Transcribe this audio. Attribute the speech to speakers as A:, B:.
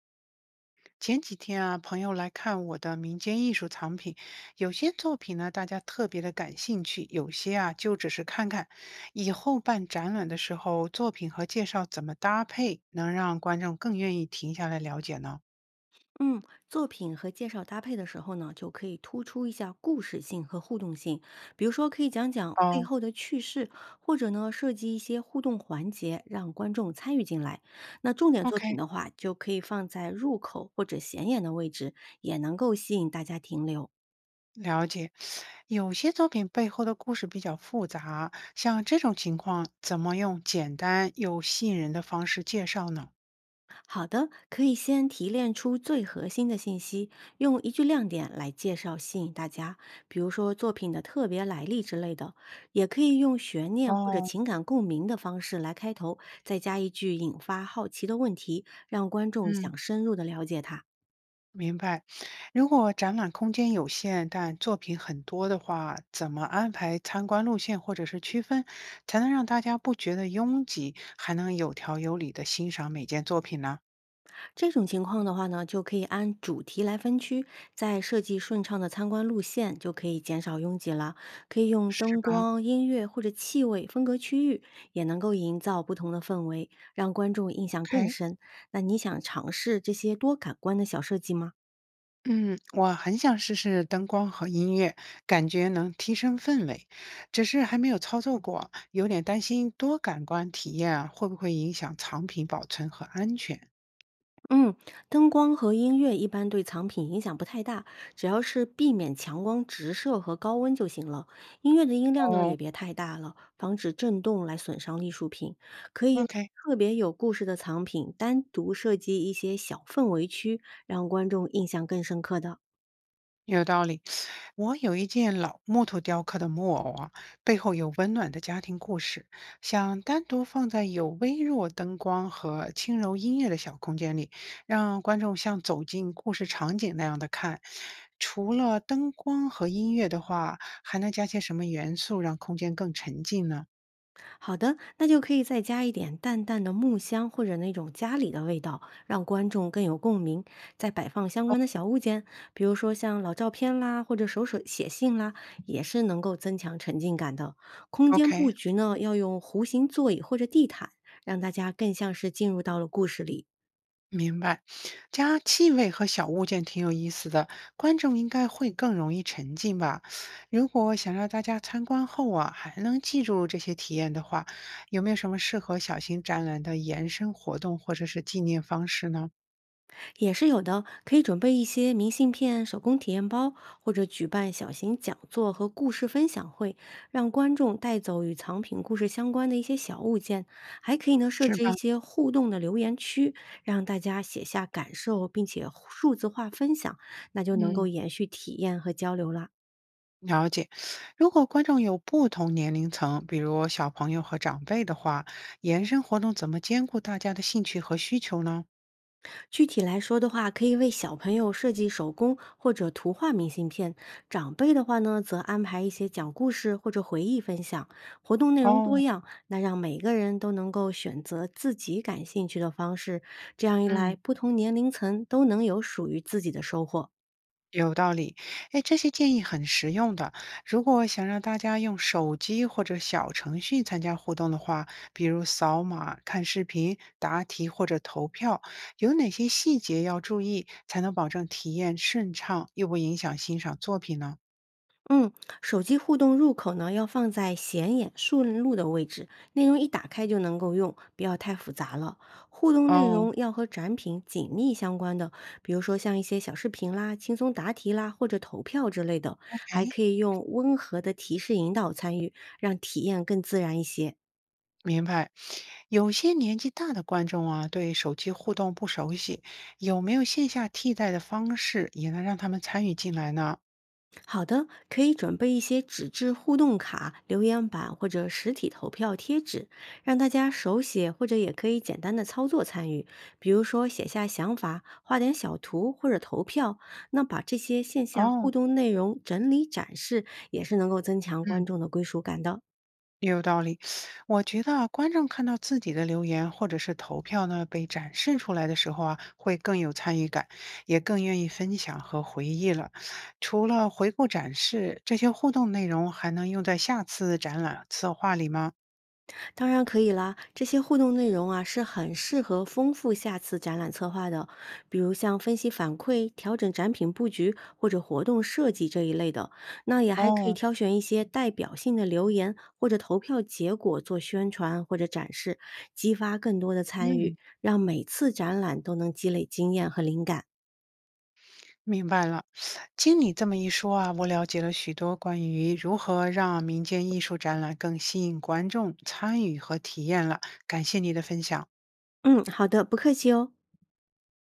A: 前几天啊，朋友来看我的民间艺术藏品，有些作品呢，大家特别的感兴趣，有些啊就只是看看。以后办展览的时候，作品和介绍怎么搭配，能让观众更愿意停下来了解呢？
B: 嗯，作品和介绍搭配的时候呢，就可以突出一下故事性和互动性，比如说可以讲讲背
A: 哦
B: 后的趣事，或者呢设计一些互动环节，让观众参与进来。那重点作
A: ，OK，
B: 品的话，就可以放在入口或者显眼的位置，也能够吸引大家停留。
A: 了解。有些作品背后的故事比较复杂，像这种情况，怎么用简单又吸引人的方式介绍呢？
B: 好的，可以先提炼出最核心的信息，用一句亮点来介绍吸引大家，比如说作品的特别来历之类的，也可以用悬念或者
A: 哦，
B: 情感共鸣的方式来开头，再加一句引发好奇的问题，让观众
A: 嗯。
B: 想深入的了解它。
A: 明白。如果展览空间有限，但作品很多的话，怎么安排参观路线或者是区分，才能让大家不觉得拥挤，还能有条有理的欣赏每件作品呢？
B: 这种情况的话呢，就可以按主题来分区，再设计顺畅的参观路线，就可以减少拥挤了。可以用
A: 是
B: 灯
A: 吧
B: 光、音乐或者气味分隔区域，也能够营造不同的氛围，让观众印象更
A: ？OK。
B: 深。那你想尝试这些多感官的小设计吗？
A: 嗯，我很想试试灯光和音乐，感觉能提升氛围，只是还没有操作过，有点担心多感官体验啊会不会影响藏品保存和安全。
B: 嗯，灯光和音乐一般对藏品影响不太大，只要是避免强光直射和高温就行了。音乐的音量呢
A: 哦
B: 也别太大了，防止震动来损伤艺术品。可以为
A: ，OK。
B: 特别有故事的藏品单独设计一些小氛围区，让观众印象更深刻的。
A: 有道理，我有一件老木头雕刻的木偶啊，背后有温暖的家庭故事，想单独放在有微弱灯光和轻柔音乐的小空间里，让观众像走进故事场景那样的看。除了灯光和音乐的话，还能加些什么元素让空间更沉浸呢
B: 好的，那就可以再加一点淡淡的木香或者那种家里的味道，让观众更有共鸣。再摆放相关的小物件，比如说像老照片啦，或者手写信啦，也是能够增强沉浸感的。空间布
A: ？OK，
B: 局呢，要用弧形座椅或者地毯，让大家更像是进入到了故事里。
A: 明白，加气味和小物件挺有意思的，观众应该会更容易沉浸吧。如果想让大家参观后啊，还能记住这些体验的话，有没有什么适合小型展览的延伸活动或者是纪念方式呢？
B: 也是有的，可以准备一些明信片、手工体验包，或者举办小型讲座和故事分享会，让观众带走与藏品故事相关的一些小物件。还可以呢，设
A: 是
B: 置一
A: 吧？
B: 些互动的留言区，让大家写下感受，并且数字化分享，那就能够
A: 嗯，
B: 延续体验和交流了。
A: 了解。如果观众有不同年龄层，比如小朋友和长辈的话，延伸活动怎么兼顾大家的兴趣和需求呢？
B: 具体来说的话，可以为小朋友设计手工或者图画明信片；长辈的话呢，则安排一些讲故事或者回忆分享。活动内容多
A: 哦，
B: 样，那让每个人都能够选择自己感兴趣的方式。这样一来，
A: 嗯。
B: 不同年龄层都能有属于自己的收获。
A: 有道理，哎，这些建议很实用的。如果想让大家用手机或者小程序参加互动的话，比如扫码、看视频、答题或者投票，有哪些细节要注意，才能保证体验顺畅又不影响欣赏作品呢？
B: 嗯，手机互动入口呢要放在显眼顺路的位置，内容一打开就能够用，不要太复杂了。互动内
A: 哦
B: 容要和展品紧密相关的，比如说像一些小视频啦、轻松答题啦或者投票之类的，
A: ，OK，
B: 还可以用温和的提示引导参与，让体验更自然一些。
A: 明白。有些年纪大的观众啊，对手机互动不熟悉，有没有线下替代的方式也能让他们参与进来呢？
B: 好的，可以准备一些纸质互动卡、留言板或者实体投票贴纸，让大家手写或者也可以简单的操作参与，比如说写下想法、画点小图或者投票。那把这些线下互
A: 哦，
B: 动内容整理展示，也是能够增强观
A: 嗯。
B: 众的归属感的。
A: 有道理，我觉得啊观众看到自己的留言或者是投票呢被展示出来的时候啊，会更有参与感，也更愿意分享和回忆了。除了回顾展示，这些互动内容还能用在下次展览策划里吗？
B: 当然可以啦，这些互动内容啊是很适合丰富下次展览策划的，比如像分析反馈、调整展品布局或者活动设计这一类的。那也还可以
A: 哦，
B: 挑选一些代表性的留言或者投票结果做宣传或者展示，激发更多的参
A: 嗯，
B: 与，让每次展览都能积累经验和灵感。
A: 明白了。经你这么一说啊，我了解了许多关于如何让民间艺术展览更吸引观众参与和体验了。感谢你的分享。
B: 嗯，好的，不客气哦。